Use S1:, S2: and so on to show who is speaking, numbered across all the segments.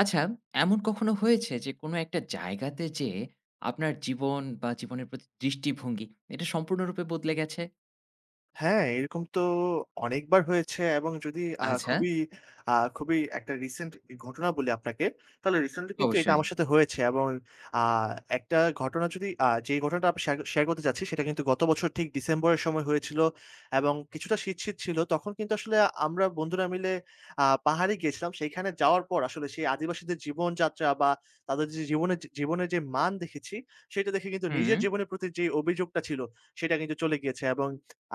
S1: আচ্ছা, এমন কখনো হয়েছে যে কোনো একটা জায়গাতে যেয়ে আপনার জীবন বা জীবনের প্রতি দৃষ্টিভঙ্গি এটা সম্পূর্ণরূপে বদলে গেছে?
S2: হ্যাঁ, এরকম তো অনেকবার হয়েছে এবং যদি
S1: আচ্ছা,
S2: খুবই আ খুবই একটা রিসেন্ট ঘটনা বলি আপনাকে, তাহলে রিসেন্টলি কিন্তু এটা
S1: অবশ্যই।
S2: আমার সাথে হয়েছে এবং আ একটা ঘটনা যদি আ যে ঘটনাটা আমি শেয়ার শেয়ার করতে চাচ্ছি সেটা কিন্তু গত বছর ঠিক ডিসেম্বরের সময় হয়েছিল এবং কিছুটা শীত, শীত ছিল। তখন কিন্তু আসলে আমরা বন্ধুরা মিলে পাহাড়ে গিয়েছিলাম। সেইখানে যাওয়ার পর আসলে সেই আদিবাসীদের জীবনযাত্রা বা তাদের যে জীবনের জীবনের যে মান দেখেছি, সেটা দেখে কিন্তু
S1: হুম।
S2: নিজের জীবনের প্রতি যে অভিযোগটা ছিল, সেটা কিন্তু চলে গিয়েছে এবং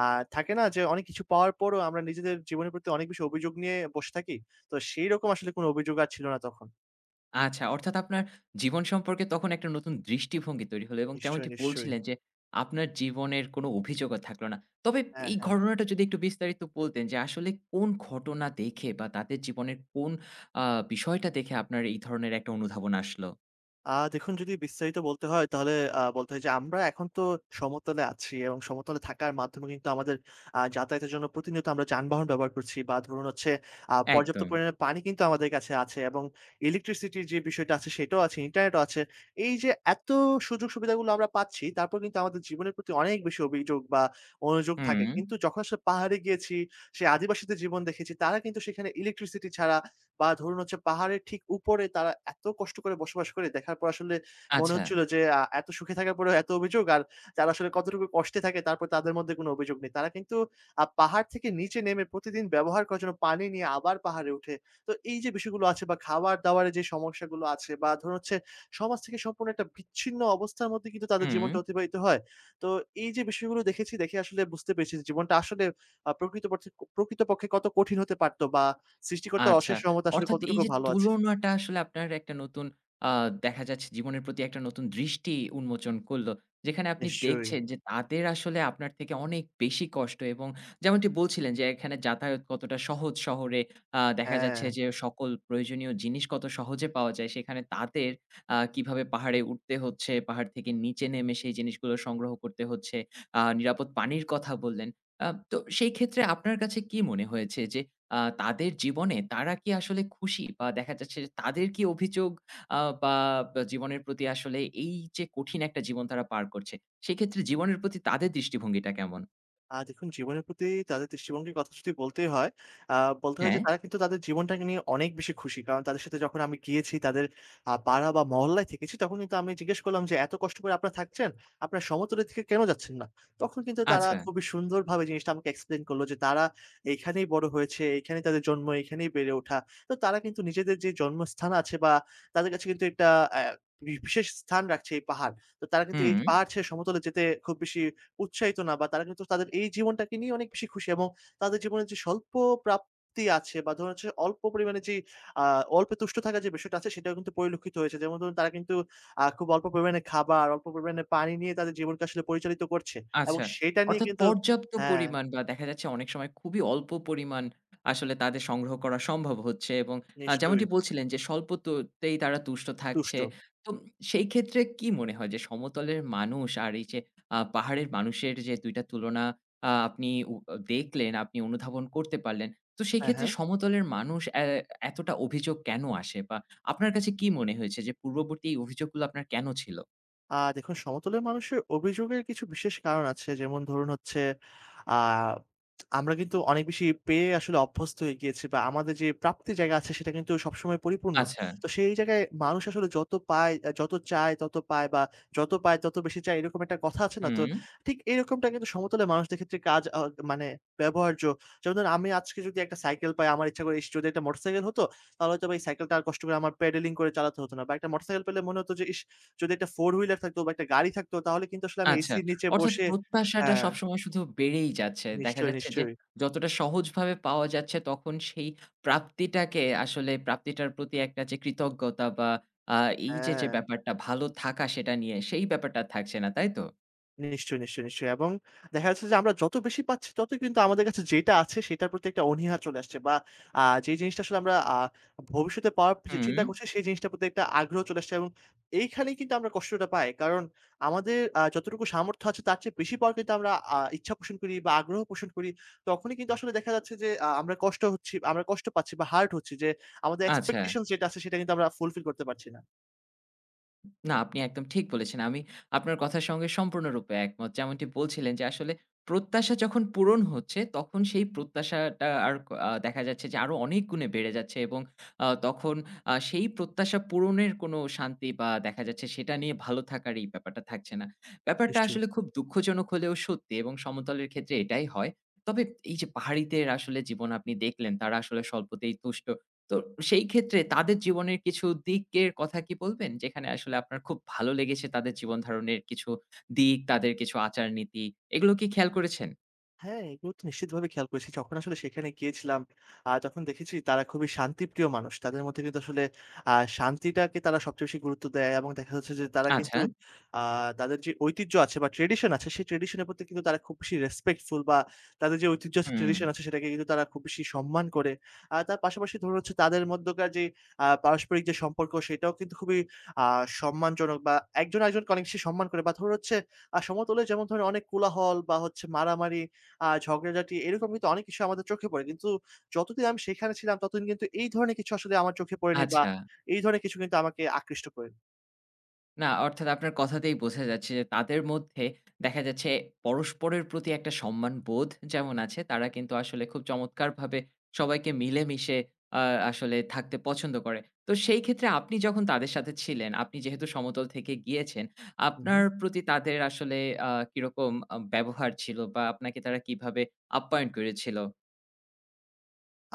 S2: আ থাকে না যে অনেক কিছু পাওয়ার পরও আমরা নিজেদের জীবনের প্রতি অনেক বেশি অভিযোগ নিয়ে বসে থাকি। তো সেইরকম আসলে কোন অভিযোগ আর ছিল না তখন।
S1: আচ্ছা, অর্থাৎ আপনার জীবন সম্পর্কে তখন একটা নতুন দৃষ্টিভঙ্গি তৈরি হলো এবং
S2: নিশ্চয়ই,
S1: যেমনটি
S2: নিশ্চয়ই।
S1: বলছিলেন যে আপনার জীবনের কোনো অভিযোগও থাকলো না। তবে
S2: হ্যাঁ,
S1: এই
S2: হ্যাঁ।
S1: ঘটনাটা যদি একটু বিস্তারিত বলতেন যে আসলে কোন ঘটনা দেখে বা তাদের জীবনের কোন আ বিষয়টা দেখে আপনার এই ধরনের একটা অনুধাবন আসলো?
S2: দেখুন যদি বিস্তারিত বলতে হয় তাহলে বলতে হয় যে আমরা এখন তো সমতলে আছি এবং সমতলে থাকার মাধ্যমে কিন্তু আমাদের যাতায়াতের জন্য প্রতিনিয়ত আমরা যানবাহন ব্যবহার করছি বা ধরুন হচ্ছে পর্যাপ্ত
S1: একদম।
S2: পরিমাণে পানি কিন্তু আমাদের কাছে আছে এবং ইলেকট্রিসিটির যে বিষয়টা আছে সেটাও আছে, ইন্টারনেটও আছে। এই যে এত সুযোগ সুবিধাগুলো আমরা পাচ্ছি তারপর কিন্তু আমাদের জীবনের প্রতি অনেক বেশি অভিযোগ বা অনুযোগ থাকে।
S1: হুম।
S2: কিন্তু যখন আসলে পাহাড়ে গিয়েছি, সেই আদিবাসীদের জীবন দেখেছি তারা কিন্তু সেখানে ইলেকট্রিসিটি ছাড়া বা ধরুন হচ্ছে পাহাড়ের ঠিক উপরে তারা এত কষ্ট করে বসবাস করে দেখার পর আসলে মনে
S1: আচ্ছা।
S2: হচ্ছিল যে এত সুখে থাকার পরেও এত অভিযোগ আর যারা আসলে কতটুকু কষ্টে থাকে তারপর তাদের মধ্যে কোনো অভিযোগ নেই। তারা কিন্তু পাহাড় থেকে নিচে নেমে প্রতিদিন ব্যবহার করার জন্য পানি নিয়ে আবার পাহাড়ে ওঠে। তো এই যে বিষয়গুলো আছে বা খাবার-দাবারের যে সমস্যাগুলো আছে বা ধরুন হচ্ছে সমাজ থেকে সম্পূর্ণ একটা বিচ্ছিন্ন অবস্থার মধ্যে কিন্তু তাদের
S1: হুম।
S2: জীবনটা অতিবাহিত হয়। তো এই যে বিষয়গুলো দেখেছি দেখে আসলে বুঝতে পেরেছি যে জীবনটা আসলে আ প্রকৃতপক্ষে প্রকৃতপক্ষে কত কঠিন হতে পারত বা সৃষ্টিকর্তার
S1: আচ্ছা।
S2: অশেষ রহমত আসলে
S1: অর্থাৎ এই
S2: কতটুকু
S1: যে
S2: ভালো আছে?
S1: তুলনাটা আসলে আপনার একটা নতুন আ দেখা যাচ্ছে জীবনের প্রতি একটা নতুন দৃষ্টি উন্মোচন করল। যেখানে আপনি
S2: নিশ্চয়ই।
S1: দেখছেন যে তাদের আসলে আপনার থেকে অনেক বেশি কষ্ট এবং যেমনটি বলছিলেন যে এখানে যাতায়াত কতটা সহজ শহরে দেখা যাচ্ছে
S2: হ্যাঁ।
S1: যে সকল প্রয়োজনীয় জিনিস কত সহজে পাওয়া যায়। সেখানে তাদের কিভাবে পাহাড়ে উঠতে হচ্ছে, পাহাড় থেকে নিচে নেমে সেই জিনিসগুলো সংগ্রহ করতে হচ্ছে। নিরাপদ পানির কথা বললেন। তো সেই ক্ষেত্রে আপনার কাছে কি মনে হয়েছে যে তাদের জীবনে তারা কি আসলে খুশি? বা দেখা যাচ্ছে যে তাদের কি অভিযোগ আ বা বা জীবনের প্রতি আসলে এই যে কঠিন একটা জীবন তারা পার করছে, সেক্ষেত্রে জীবনের প্রতি তাদের দৃষ্টিভঙ্গিটা কেমন?
S2: দেখুন জীবনের প্রতি তাদের দৃষ্টিভঙ্গির কথা যদি বলতেই হয়, আ বলতে হয়
S1: হ্যাঁ,
S2: যে তারা কিন্তু তাদের জীবনটাকে নিয়ে অনেক বেশি খুশি। কারণ তাদের সাথে যখন আমি গিয়েছি তাদের পাড়া বা মহল্লায় থেকেছি তখন কিন্তু আমি জিজ্ঞেস করলাম যে, "এত কষ্ট করে আপনারা থাকছেন, আপনারা সমতলের দিকে কেন যাচ্ছেন না?" তখন কিন্তু তারা
S1: আচ্ছা।
S2: খুবই সুন্দরভাবে জিনিসটা আমাকে এক্সপ্লেইন করল যে তারা এইখানেই বড় হয়েছে, এইখানেই তাদের জন্ম, এইখানেই বেড়ে ওঠা। তো তারা কিন্তু নিজেদের যে জন্মস্থান আছে বা তাদের কাছে কিন্তু একটা অ্যা বি বিশেষ স্থান রাখছে এই পাহাড়। তো তারা কিন্তু এই
S1: হু।
S2: পাহাড় ছেড়ে সমতলে যেতে খুব বেশি উৎসাহিত না বা তারা কিন্তু তাদের এই জীবনটাকে নিয়ে অনেক বেশি খুশি এবং তাদের জীবনের যে স্বল্প প্রাপ্তি আছে বা ধরুন হচ্ছে অল্প পরিমাণে যে আ অল্পে তুষ্ট থাকার যে বিষয়টা আছে সেটাও কিন্তু পরিলক্ষিত হয়েছে। যেমন ধরুন তারা কিন্তু খুব অল্প পরিমাণে খাবার, অল্প পরিমাণে পানি নিয়ে তাদের জীবনকে আসলে পরিচালিত করছে এবং
S1: আচ্ছা।
S2: সেটা নিয়ে
S1: অর্থাৎ
S2: কিন্তু
S1: পর্যাপ্ত
S2: হ্যাঁ,
S1: পরিমাণ বা দেখা যাচ্ছে অনেক সময় খুবই অল্প পরিমাণ আসলে তাদের সংগ্রহ করা সম্ভব হচ্ছে এবং
S2: নিশ্চয়ই
S1: যেমনটি বলছিলেন যে স্বল্পততেই তারা তুষ্ট
S2: তুষ্ট।
S1: থাকছে। তো সেই ক্ষেত্রে কি মনে হয় যে সমতলের মানুষ আর এই যে পাহাড়ের মানুষের যে ২ টা তুলনা আ আপনি উ দেখলেন, আপনি অনুধাবন করতে পারলেন। তো
S2: হ্যাঁ,
S1: সেক্ষেত্রে
S2: হ্যাঁ।
S1: সমতলের মানুষ এতটা অভিযোগ কেন আসে? বা আপনার কাছে কি মনে হয়েছে যে পূর্ববর্তী এই অভিযোগগুলো আপনার কেন ছিল?
S2: দেখুন সমতলের মানুষের অভিযোগের কিছু বিশেষ কারণ আছে। যেমন ধরুন হচ্ছে আ আমরা কিন্তু অনেক বেশি পেয়ে আসলে অভ্যস্ত হয়ে গিয়েছি বা আমাদের যে প্রাপ্তির জায়গা আছে সেটা কিন্তু সবসময় পরিপূর্ণ।
S1: আচ্ছা।
S2: তো সেই জায়গায় মানুষ আসলে যত চায় তত পায় বা যত পায় তত বেশি চায় এরকম একটা কথা আছে না? তো
S1: হু।
S2: ঠিক এরকমটা কিন্তু সমতলের মানুষদের ক্ষেত্রে কাজ আ মানে ব্যবহার্য। যেমন ধরুন আমি আজকে যদি একটা সাইকেল পাই আমার ইচ্ছা করে ইস যদি একটা মোটরসাইকেল হতো তাহলে হয়তোবা এই সাইকেলটা আর কষ্ট করে আমার প্যাডেলিং করে চালাতে হতো না। বা একটা মোটরসাইকেল পেলে মনে হতো যে ইস! যদি একটা ৪ হুইলার থাকতো বা একটা গাড়ি থাকতো তাহলে কিন্তু আসলে আমি
S1: আচ্ছা।
S2: এসির নিচে
S1: অর্থাৎ
S2: বসে
S1: প্রত্যাশাটা
S2: হ্যাঁ,
S1: সবসময় শুধু বেড়েই যাচ্ছে। দেখা
S2: নিশ্চয়ই,
S1: যাচ্ছে যে
S2: নিশ্চয়ই।
S1: যতটা সহজভাবে পাওয়া যাচ্ছে তখন সেই প্রাপ্তিটাকে আসলে প্রাপ্তিটার প্রতি একটা যে কৃতজ্ঞতা বা আ এই যে,
S2: হ্যাঁ।
S1: যে ব্যাপারটা ভালো থাকা সেটা নিয়ে সেই ব্যাপারটা থাকছে না, তাই তো?
S2: নিশ্চয়ই, নিশ্চয়ই, নিশ্চয়ই এবং দেখা যাচ্ছে যে আমরা যত বেশি পাচ্ছি তত কিন্তু আমাদের কাছে যেটা আছে সেটার প্রতি একটা অনীহা চলে আসছে বা যে জিনিসটা আসলে আমরা ভবিষ্যতে পাওয়ার যে
S1: হুম,
S2: চিন্তা করছি সেই জিনিসটার প্রতি একটা আগ্রহ চলে আসছে এবং এইখানেই কিন্তু আমরা কষ্টটা পাই। কারণ আমাদের যতটুকু সামর্থ্য আছে তার চেয়ে বেশি পাওয়ার কিন্তু আমরা ইচ্ছা পোষণ করি বা আগ্রহ পোষণ করি। তখনই কিন্তু আসলে দেখা যাচ্ছে যে আমরা কষ্ট হচ্ছি আমরা কষ্ট পাচ্ছি বা হার্ট হচ্ছি যে আমাদের
S1: আচ্ছা।
S2: এক্সপেকটেশনস যেটা আছে সেটা কিন্তু আমরা ফুলফিল করতে পারছি না।
S1: না, আপনি একদম ঠিক বলেছেন। আমি আপনার কথার সঙ্গে সম্পূর্ণরূপে একমত। যেমনটি বলছিলেন যে আসলে প্রত্যাশা যখন পূরণ হচ্ছে, তখন সেই প্রত্যাশাটা আর ক আ দেখা যাচ্ছে যে আরো অনেক গুণে বেড়ে যাচ্ছে এবং তখন সেই প্রত্যাশা পূরণের কোনো শান্তি বা দেখা যাচ্ছে সেটা নিয়ে ভালো থাকার এই ব্যাপারটা থাকছে না। ব্যাপারটা
S2: নিশ্চয়ই।
S1: আসলে খুব দুঃখজনক হলেও সত্যি এবং সমতলের ক্ষেত্রে এটাই হয়। তবে এই যে পাহাড়িদের আসলে জীবন আপনি দেখলেন, তারা আসলে স্বল্পতেই তুষ্ট। তো সেই ক্ষেত্রে তাদের জীবনের কিছু দিকের কথা কি বলবেন? যেখানে আসলে আপনার খুব ভালো লেগেছে তাদের জীবন ধারণের কিছু দিক, তাদের কিছু আচার-নীতি এগুলো কি খেয়াল করেছেন?
S2: হ্যাঁ, এগুলো তো নিশ্চিতভাবে খেয়াল করেছি। যখন আসলে সেখানে গিয়েছিলাম, তখন দেখেছি তারা খুবই শান্তিপ্রিয় মানুষ। তাদের মধ্যে কিন্তু আসলে আ শান্তিটাকে তারা সবচেয়ে বেশি গুরুত্ব দেয় এবং দেখা যাচ্ছে যে তারা
S1: আচ্ছা।
S2: কিন্তু আ তাদের যে ঐতিহ্য আছে বা ট্র্যাডিশন আছে, সেই ট্র্যাডিশন এর প্রতি কিন্তু তারা খুব বেশি রেসপেক্টফুল বা তাদের যে ঐতিহ্য আছে,
S1: হুম,
S2: ট্র্যাডিশন আছে সেটাকে কিন্তু তারা খুব বেশি সম্মান করে। আর তার পাশাপাশি ধরুন হচ্ছে তাদের মধ্যকার যে পারস্পরিক যে সম্পর্ক সেটাও কিন্তু খুবই আ সম্মানজনক বা একজন আরেকজনকে অনেক বেশি সম্মান করে বা ধরুন হচ্ছে সমতলে যেমন ধরেন অনেক কোলাহল বা হচ্ছে মারামারি ঝগড়াঝাটি এরকম কিন্তু অনেক কিছু আমাদের চোখে পড়ে। কিন্তু যতদিন আমি সেখানে ছিলাম ততদিন কিন্তু এই ধরনের কিছু আসলে আমার চোখে পড়েনি বা
S1: আচ্ছা।
S2: এই ধরনের কিছু কিন্তু আমাকে আকৃষ্ট করেনি।
S1: না, অর্থাৎ আপনার কথাতেই বোঝা যাচ্ছে যে তাদের মধ্যে দেখা যাচ্ছে পরস্পরের প্রতি একটা সম্মানবোধ যেমন আছে, তারা কিন্তু আসলে খুব চমৎকারভাবে সবাইকে মিলেমিশে আ আসলে থাকতে পছন্দ করে। তো সেই ক্ষেত্রে আপনি যখন তাদের সাথে ছিলেন, আপনি যেহেতু সমতল থেকে গিয়েছেন, আপনার
S2: হুম।
S1: প্রতি তাদের আসলে কিরকম ব্যবহার ছিল বা আপনাকে তারা কিভাবে আপ্যায়ন করেছিল?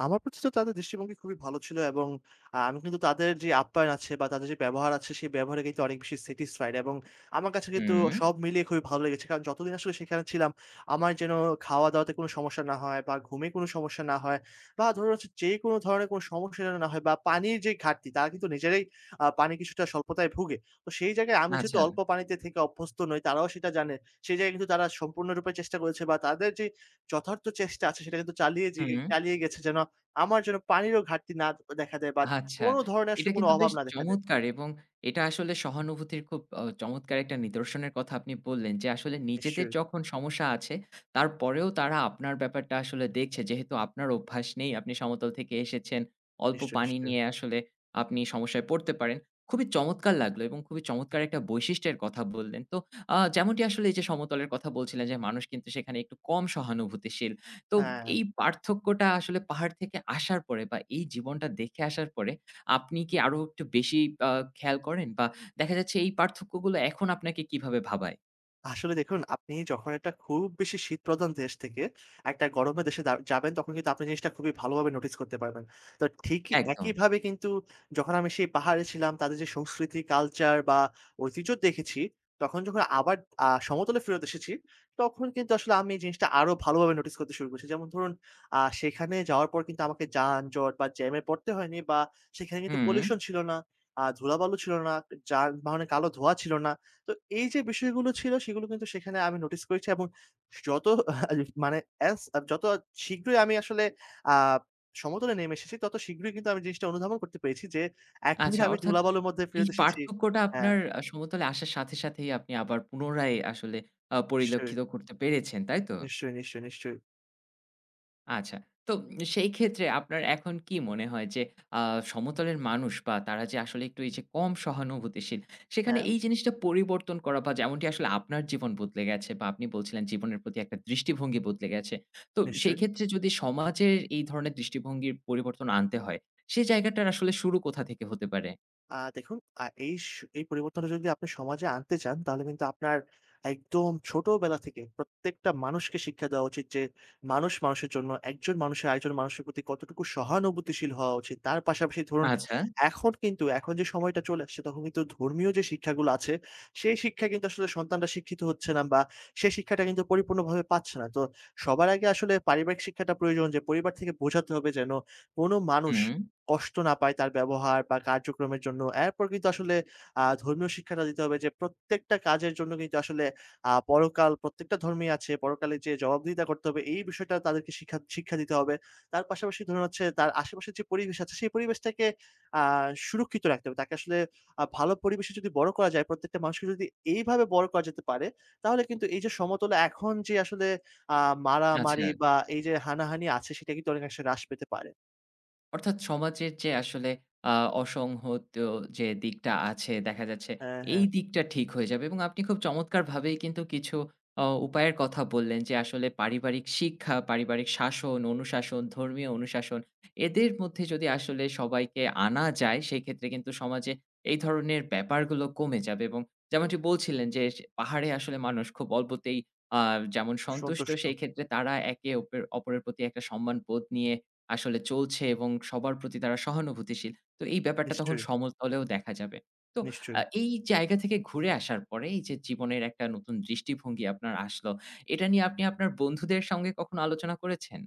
S2: আমার প্রতি তো তাদের দৃষ্টিভঙ্গি খুবই ভালো ছিল এবং আমি কিন্তু তাদের যে আপ্যায়ন আছে বা তাদের যে ব্যবহার আছে, সেই ব্যবহারে কিন্তু অনেক বেশি স্যাটিসফাইড এবং আমার কাছে কিন্তু
S1: হুম,
S2: সব মিলিয়ে খুবই ভালো লেগেছে। কারণ যতদিন আসলে সেখানে ছিলাম, আমার যেন খাওয়া-দাওয়াতে কোনো সমস্যা না হয় বা ঘুমে কোনো সমস্যা না হয় বা ধরুন হচ্ছে যেকোনো ধরনের কোনো সমস্যা যেন না হয় বা পানির যে ঘাটতি, তারা কিন্তু নিজেরাই পানি কিছুটা স্বল্পতায় ভুগে। তো সেই জায়গায় আমি যেহেতু
S1: আচ্ছা,
S2: অল্প পানিতে থেকে অভ্যস্ত নই, তারাও সেটা জানে। সেই জায়গায় কিন্তু তারা সম্পূর্ণরূপে চেষ্টা করেছে বা তাদের যে যথার্থ চেষ্টা আছে, সেটা কিন্তু
S1: হুম।
S2: চালিয়ে গেছে যেন আমার যেন পানিরও ঘাটতি না দেখা দেয় বা
S1: আচ্ছা।
S2: কোন ধরনের
S1: এটা
S2: আসলে কোন
S1: কিন্তু
S2: অভাব
S1: বেশ
S2: না দেখা দেয়।
S1: চমৎকার এবং এটা আসলে সহানুভূতির খুব চমৎকার একটা নিদর্শনের কথা আপনি বললেন যে, আসলে নিজেদের
S2: নিশ্চয়ই,
S1: যখন সমস্যা আছে, তারপরেও তারা আপনার ব্যাপারটা আসলে দেখছে। যেহেতু আপনার অভ্যাস নেই, আপনি সমতল থেকে এসেছেন, অল্প
S2: নিশ্চয়ই,
S1: পানি
S2: নিশ্চয়ই।
S1: নিয়ে আসলে আপনি সমস্যায় পড়তে পারেন। খুবই চমৎকার লাগলো এবং খুবই চমৎকার একটা বৈশিষ্ট্যের কথা বললেন। তো যেমনটি আসলে এই যে সমতলের কথা বলছিলেন যে, মানুষ কিন্তু সেখানে একটু কম সহানুভূতিশীল। তো
S2: হ্যাঁ।
S1: এই পার্থক্যটা আসলে পাহাড় থেকে আসার পরে বা এই জীবনটা দেখে আসার পরে আপনি কি আরো একটু বেশি আ খেয়াল করেন? বা দেখা যাচ্ছে এই পার্থক্যগুলো এখন আপনাকে কিভাবে ভাবায়?
S2: আসলে দেখুন, আপনি যখন একটা খুব বেশি শীতপ্রধান দেশ থেকে একটা গরমের দেশে যাবেন, তখন কিন্তু আপনি জিনিসটা খুবই ভালোভাবে নোটিস করতে পারবেন। তো ঠিকই
S1: একদম।
S2: একইভাবে কিন্তু যখন আমি সেই পাহাড়ে ছিলাম, তাদের যে সংস্কৃতি, কালচার বা ঐতিহ্য দেখেছি, তখন যখন আবার সমতলে ফেরত এসেছি, তখন কিন্তু আসলে আমি এই জিনিসটা আরো ভালোভাবে নোটিস করতে শুরু করেছি। যেমন ধরুন, সেখানে যাওয়ার পর কিন্তু আমাকে যানজট বা জ্যামে পড়তে হয়নি বা সেখানে কিন্তু
S1: হুম।
S2: পলিউশন ছিল না, ধুলাবালু ছিল না, যানবাহনে কালো ধোঁয়া ছিল না। তো এই যে বিষয়গুলো ছিল সেগুলো কিন্তু সেখানে আমি নোটিস করেছি এবং যত আহ, মানে যত শীঘ্রই আমি আসলে আ সমতলে নেমে এসেছি তত শীঘ্রই কিন্তু আমি জিনিসটা অনুধাবন করতে পেরেছি যে এখনই
S1: আচ্ছা,
S2: আমি
S1: অর্থাৎ
S2: ধুলাবালুর মধ্যে
S1: এই
S2: ফেরত এসেছি
S1: পার্থক্যটা
S2: হ্যাঁ,
S1: আপনার সমতলে আসার সাথে, সাথেই আপনি আবার পুনরায় আসলে
S2: নিশ্চয়ই,
S1: পরিলক্ষিত করতে পেরেছেন, তাই তো?
S2: নিশ্চয়ই, নিশ্চয়ই, নিশ্চয়ই।
S1: আচ্ছা। তো সেই ক্ষেত্রে আপনার এখন কি মনে হয় যে আ সমতলের মানুষ বা তারা যে আসলে একটু এই যে কম সহানুভূতিশীল, সেখানে
S2: হ্যাঁ,
S1: এই জিনিসটা পরিবর্তন করা বা যেমনটি আসলে আপনার জীবন বদলে গেছে বা আপনি বলছিলেন জীবনের প্রতি একটা দৃষ্টিভঙ্গি বদলে গেছে। তো সেই
S2: নিশ্চয়ই।
S1: ক্ষেত্রে যদি সমাজের এই ধরনের দৃষ্টিভঙ্গির পরিবর্তন আনতে হয়, সে জায়গাটার আসলে শুরু কোথা থেকে হতে পারে?
S2: দেখুন আ এই স এই পরিবর্তনটা যদি আপনি সমাজে আনতে চান, তাহলে কিন্তু আপনার একদম ছোটবেলা থেকে প্রত্যেকটা মানুষকে শিক্ষা দেওয়া উচিত যে, মানুষ মানুষের জন্য, একজন মানুষের আরেকজন মানুষের প্রতি কতটুকু সহানুভূতিশীল হওয়া উচিত। তার পাশাপাশি ধরুন
S1: আচ্ছা।
S2: এখন যে সময়টা চলে আসছে, তখন কিন্তু ধর্মীয় যে শিক্ষাগুলো আছে, সেই শিক্ষা কিন্তু আসলে সন্তানরা শিক্ষিত হচ্ছে না বা সেই শিক্ষাটা কিন্তু পরিপূর্ণভাবে পাচ্ছে না। তো সবার আগে আসলে পারিবারিক শিক্ষাটা প্রয়োজন যে পরিবার থেকে বোঝাতে হবে যেন কোনো মানুষ
S1: হুম,
S2: কষ্ট না পায় তার ব্যবহার বা কার্যক্রমের জন্য। এরপর কিন্তু আসলে ধর্মীয় শিক্ষাটা দিতে হবে যে প্রত্যেকটা কাজের জন্য কিন্তু আসলে পরকাল প্রত্যেকটা ধর্মেই আছে। পরকালে যে জবাবদিহিতা করতে হবে এই বিষয়টা তাদেরকে শিক্ষা শিক্ষা দিতে হবে। তার পাশাপাশি ধরুন হচ্ছে তার আশেপাশের যে পরিবেশ আছে সেই পরিবেশটাকে আ সুরক্ষিত রাখতে হবে। তাকে আসলে ভালো পরিবেশে যদি বড় করা যায়, প্রত্যেকটা মানুষকে যদি এইভাবে বড় করা যেতে পারে, তাহলে কিন্তু এই যে সমতলে এখন যে আসলে আ
S1: আচ্ছা।
S2: মারামারি বা এই যে হানাহানি আছে সেটা কিন্তু অনেকাংশে হ্রাস পেতে পারে।
S1: অর্থাৎ সমাজের যে আসলে আ অসংহত যে দিকটা আছে দেখা যাচ্ছে
S2: হ্যাঁ,
S1: এই
S2: হ্যাঁ।
S1: দিকটা ঠিক হয়ে যাবে এবং আপনি খুব চমৎকারভাবেই কিন্তু কিছু উপায়ের কথা বললেন যে আসলে পারিবারিক শিক্ষা, পারিবারিক শাসন, অনুশাসন, ধর্মীয় অনুশাসন এদের মধ্যে যদি আসলে সবাইকে আনা যায় সেক্ষেত্রে কিন্তু সমাজে এই ধরনের ব্যাপারগুলো কমে যাবে এবং যেমনটি বলছিলেন যে সে পাহাড়ে আসলে মানুষ খুব অল্পতেই আ যেমন সন্তুষ্ট
S2: সন্তুষ্ট।
S1: সেই ক্ষেত্রে তারা একে অপের অপরের প্রতি একটা সম্মানবোধ নিয়ে আসলে চলছে এবং সবার প্রতি তারা সহানুভূতিশীল। তো এই ব্যাপারটা তখন
S2: নিশ্চয়ই,
S1: সমতলেও দেখা যাবে। তো
S2: নিশ্চয়ই।
S1: এই জায়গা থেকে ঘুরে আসার পরে এই যে জীবনের একটা নতুন দৃষ্টিভঙ্গি আপনার আসলো, এটা নিয়ে আপনি আপনার বন্ধুদের সঙ্গে কখনো আলোচনা করেছেন?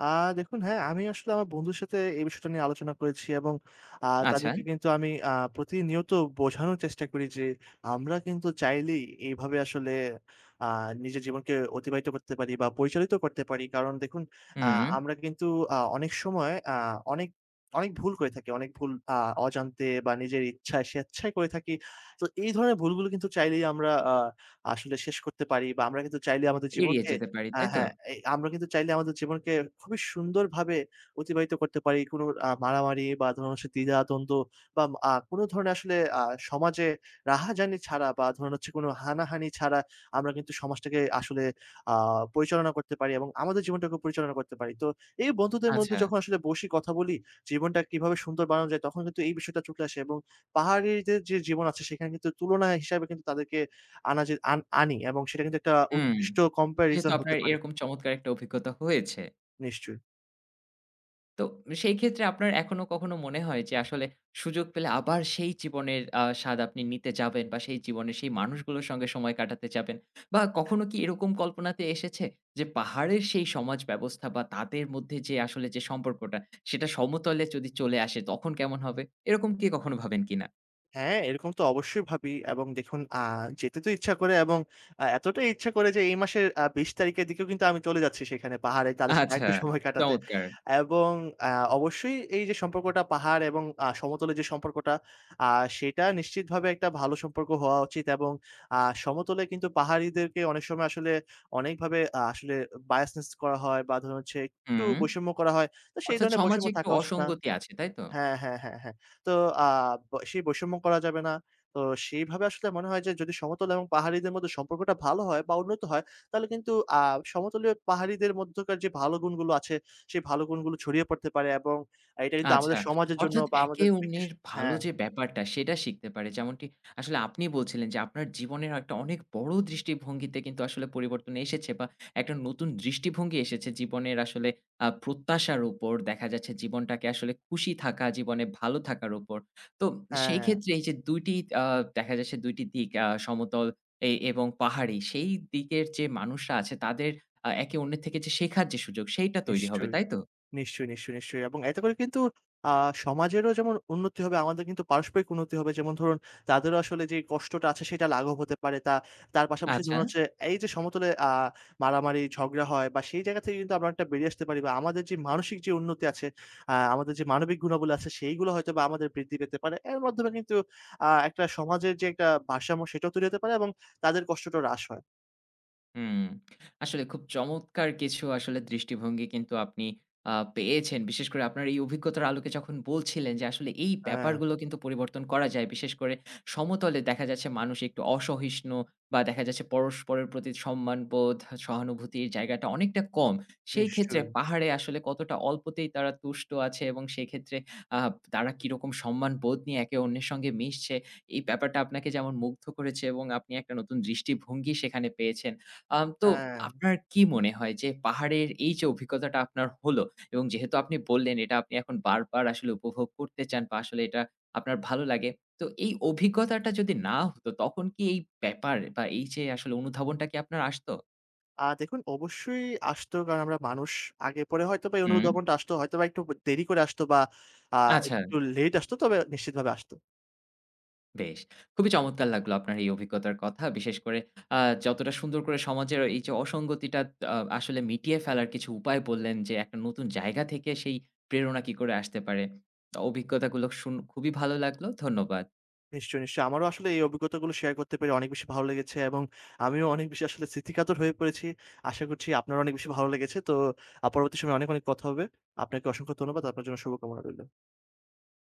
S2: আ দেখুন হ্যাঁ, আমি আসলে আমার বন্ধুর সাথে এই বিষয়টা নিয়ে আলোচনা করেছি এবং
S1: আচ্ছা,
S2: তাদেরকে কিন্তু আমি প্রতিনিয়ত বোঝানোর চেষ্টা করি যে, আমরা কিন্তু চাইলেই এইভাবে আসলে আ নিজের জীবনকে অতিবাহিত করতে পারি বা পরিচালিত করতে পারি। কারণ দেখুন আ
S1: হুম,
S2: আমরা কিন্তু অনেক সময় অনেক, অনেক ভুল করে থাকি। অনেক ভুল অজান্তে বা নিজের ইচ্ছায় স্বেচ্ছায় করে থাকি। তো এই ধরনের ভুলগুলো কিন্তু চাইলেই আমরা আসলে শেষ করতে পারি বা আমরা কিন্তু চাইলে আমাদের
S1: এড়িয়ে
S2: জীবনকে
S1: যেতে পারি, তাই
S2: হ্যাঁ,
S1: তো?
S2: হ্যাঁ। এই আমরা কিন্তু চাইলে আমাদের জীবনকে খুবই সুন্দরভাবে অতিবাহিত করতে পারি। কোনো মারামারি বা ধরুন হচ্ছে দ্বিধা-দ্বন্দ্ব বা কোনো ধরনের আসলে সমাজে রাহাজানি ছাড়া বা ধরুন হচ্ছে কোনো হানাহানি ছাড়া আমরা কিন্তু সমাজটাকে আসলে আ পরিচালনা করতে পারি এবং আমাদের জীবনটাকেও পরিচালনা করতে পারি। তো এই বন্ধুদের মধ্যে
S1: আচ্ছা,
S2: যখন আসলে বসি কথা বলি, জীবনটা কিভাবে সুন্দর বানানো যায় তখন কিন্তু এই বিষয়টা চলে আসে এবং পাহাড়িদের যে জীবন আছে সেখানে কিন্তু তুলনা হিসাবে কিন্তু তাদেরকে আনা যে আন আনি এবং সেটা কিন্তু একটা
S1: হুম,
S2: উৎকৃষ্ট
S1: যেহেতু
S2: comparison হতে
S1: আপনার
S2: পারে।
S1: এরকম চমৎকার একটা অভিজ্ঞতা হয়েছে।
S2: নিশ্চয়ই।
S1: তো সেই ক্ষেত্রে আপনার এখনো কখনো মনে হয় যে আসলে সুযোগ পেলে আবার সেই জীবনের স্বাদ আপনি নিতে যাবেন বা সেই জীবনে সেই মানুষগুলোর সঙ্গে সময় কাটাতে যাবেন? বা কখনো কি এরকম কল্পনাতে এসেছে যে পাহাড়ের সেই সমাজ ব্যবস্থা বা তাদের মধ্যে যে আসলে যে সম্পর্কটা সেটা সমতলে যদি চলে আসে তখন কেমন হবে? এরকম কি কখনো ভাবেন কিনা?
S2: হ্যাঁ, এরকম তো অবশ্যই ভাবি এবং দেখুন যেতে তো ইচ্ছা করে এবং এতটাই ইচ্ছা করে যে এই মাসের ২০ তারিখের দিকেও কিন্তু আমি চলে যাচ্ছি সেখানে পাহাড়ে তাদের সাথে
S1: আচ্ছা,
S2: আরেকটু সময় কাটাতে।
S1: চমৎকার!
S2: এবং আ অবশ্যই এই যে সম্পর্কটা পাহাড় এবং সমতলের যে সম্পর্কটা আ সেটা নিশ্চিতভাবে একটা ভালো সম্পর্ক হওয়া উচিত এবং সমতলে কিন্তু পাহাড়িদেরকে অনেক সময় আসলে অনেকভাবে আসলে biasness করা হয় বা ধরুন হচ্ছে একটু
S1: হুম।
S2: বৈষম্য করা হয়। তো সেই
S1: অর্থাৎ
S2: ধরনের
S1: সমাজে
S2: বৈষম্য
S1: একটু
S2: থাকা উচিত না।
S1: অসঙ্গতি আছে, তাই তো?
S2: হ্যাঁ, হ্যাঁ, হ্যাঁ, হ্যাঁ। তো আ ব সেই বৈষম্য করা যাবে না। তো সেইভাবে আসলে মনে হয় যে যদি সমতল এবং পাহাড়িদের মধ্যে সম্পর্কটা ভালো হয় বা উন্নত হয়, তাহলে কিন্তু আ সমতলীয় পাহাড়িদের মধ্যকার যে ভালো গুণগুলো আছে, সেই ভালো গুণগুলো ছড়িয়ে পড়তে পারে এবং এটা কিন্তু
S1: আচ্ছা।
S2: আমাদের সমাজের জন্য
S1: অর্থাৎ
S2: বা
S1: একে
S2: আমাদের ব্যক্তি
S1: অন্যের ভালো
S2: হ্যাঁ,
S1: যে ব্যাপারটা সেটা শিখতে পারে। যেমনটি আসলে আপনি বলছিলেন যে আপনার জীবনের একটা অনেক বড় দৃষ্টিভঙ্গিতে কিন্তু আসলে পরিবর্তন এসেছে বা একটা নতুন দৃষ্টিভঙ্গি এসেছে জীবনের আসলে প্রত্যাশার উপর দেখা যাচ্ছে জীবনটাকে আসলে খুশি থাকা, জীবনে ভালো থাকার উপর। তো সেই
S2: হ্যাঁ,
S1: ক্ষেত্রে এই যে ২ টি আ দেখা যাচ্ছে ২ টি দিক সমতল এ এবং পাহাড়ি সেই দিকের যে মানুষরা আছে তাদের একে অন্যের থেকে যে শেখার যে সুযোগ সেইটা তৈরি হবে,
S2: নিশ্চয়ই।
S1: তাই তো?
S2: নিশ্চয়ই, নিশ্চয়ই, নিশ্চয়ই এবং এতে করে কিন্তু আ সমাজেরও যেমন উন্নতি হবে, আমাদের কিন্তু পারস্পরিক উন্নতি হবে। যেমন ধরুন তাদেরও আসলে যে কষ্টটা আছে সেটা লাঘব হতে পারে। তার পাশাপাশি
S1: আচ্ছা।
S2: ধরুন হচ্ছে এই যে সমতলে মারামারি, ঝগড়া হয় বা সেই জায়গা থেকে কিন্তু আমরা অনেকটা বেরিয়ে আসতে পারি বা আমাদের যে মানসিক যে উন্নতি আছে, আমাদের যে মানবিক গুণাবলী আছে সেইগুলো হয়তোবা আমাদের বৃদ্ধি পেতে পারে। এর মাধ্যমে কিন্তু একটা সমাজের যে একটা ভারসাম্য সেটাও তৈরি হতে পারে এবং তাদের কষ্টটা হ্রাস হয়।
S1: হুম। আসলে খুব চমৎকার কিছু আসলে দৃষ্টিভঙ্গি কিন্তু আপনি পেয়েছেন। বিশেষ করে আপনার এই অভিজ্ঞতার আলোকে যখন বলছিলেন যে আসলে এই
S2: হ্যাঁ,
S1: ব্যাপারগুলো কিন্তু পরিবর্তন করা যায়। বিশেষ করে সমতলে দেখা যাচ্ছে মানুষ একটু অসহিষ্ণু বা দেখা যাচ্ছে পরস্পরের প্রতি সম্মানবোধ, সহানুভূতির জায়গাটা অনেকটা কম। সেই ক্ষেত্রে
S2: নিশ্চয়ই।
S1: পাহাড়ে আসলে কতটা অল্পতেই তারা তুষ্ট আছে এবং সেক্ষেত্রে আ তারা কিরকম সম্মানবোধ নিয়ে একে অন্যের সঙ্গে মিশছে, এই ব্যাপারটা আপনাকে যেমন মুগ্ধ করেছে এবং আপনি একটা নতুন দৃষ্টিভঙ্গি সেখানে পেয়েছেন। তো
S2: হ্যাঁ।
S1: আপনার কি মনে হয় যে পাহাড়ের এই যে অভিজ্ঞতাটা আপনার হলো এবং যেহেতু আপনি বললেন এটা আপনি এখন বারবার আসলে উপভোগ করতে চান বা আসলে এটা আপনার ভালো লাগে। তো এই অভিজ্ঞতাটা যদি না হতো তখন কি এই ব্যাপার বা এই যে আসলে অনুধাবনটা কি আপনার আসতো?
S2: দেখুন অবশ্যই আসতো। কারণ আমরা মানুষ। আগে পরে হয়তোবা এই
S1: হুম,
S2: অনুধাবনটা আসতো। হয়তোবা একটু দেরি করে আসতো বা আ
S1: আচ্ছা।
S2: একটু লেট আসতো তবে নিশ্চিতভাবে আসতো।
S1: বেশ। খুবই চমৎকার লাগলো আপনার এই অভিজ্ঞতার কথা। বিশেষ করে আ যতটা সুন্দর করে সমাজের এই যে অসঙ্গতিটা আসলে মিটিয়ে ফেলার কিছু উপায় বললেন যে, একটা নতুন জায়গা থেকে সেই প্রেরণা কি করে আসতে পারে। তা অভিজ্ঞতাগুলো শুন খুবই ভালো লাগলো। ধন্যবাদ।
S2: নিশ্চয়ই, নিশ্চয়ই। আমারও আসলে এই অভিজ্ঞতাগুলো শেয়ার করতে পেরে অনেক বেশি ভালো লেগেছে এবং আমিও অনেক বেশি আসলে স্মৃতিকাতর হয়ে পড়েছি। আশা করছি আপনারও অনেক বেশি ভালো লেগেছে। তো পরবর্তী সময়ে অনেক, অনেক কথা হবে। আপনাকে অসংখ্য ধন্যবাদ। আপনার জন্য শুভকামনা রইল।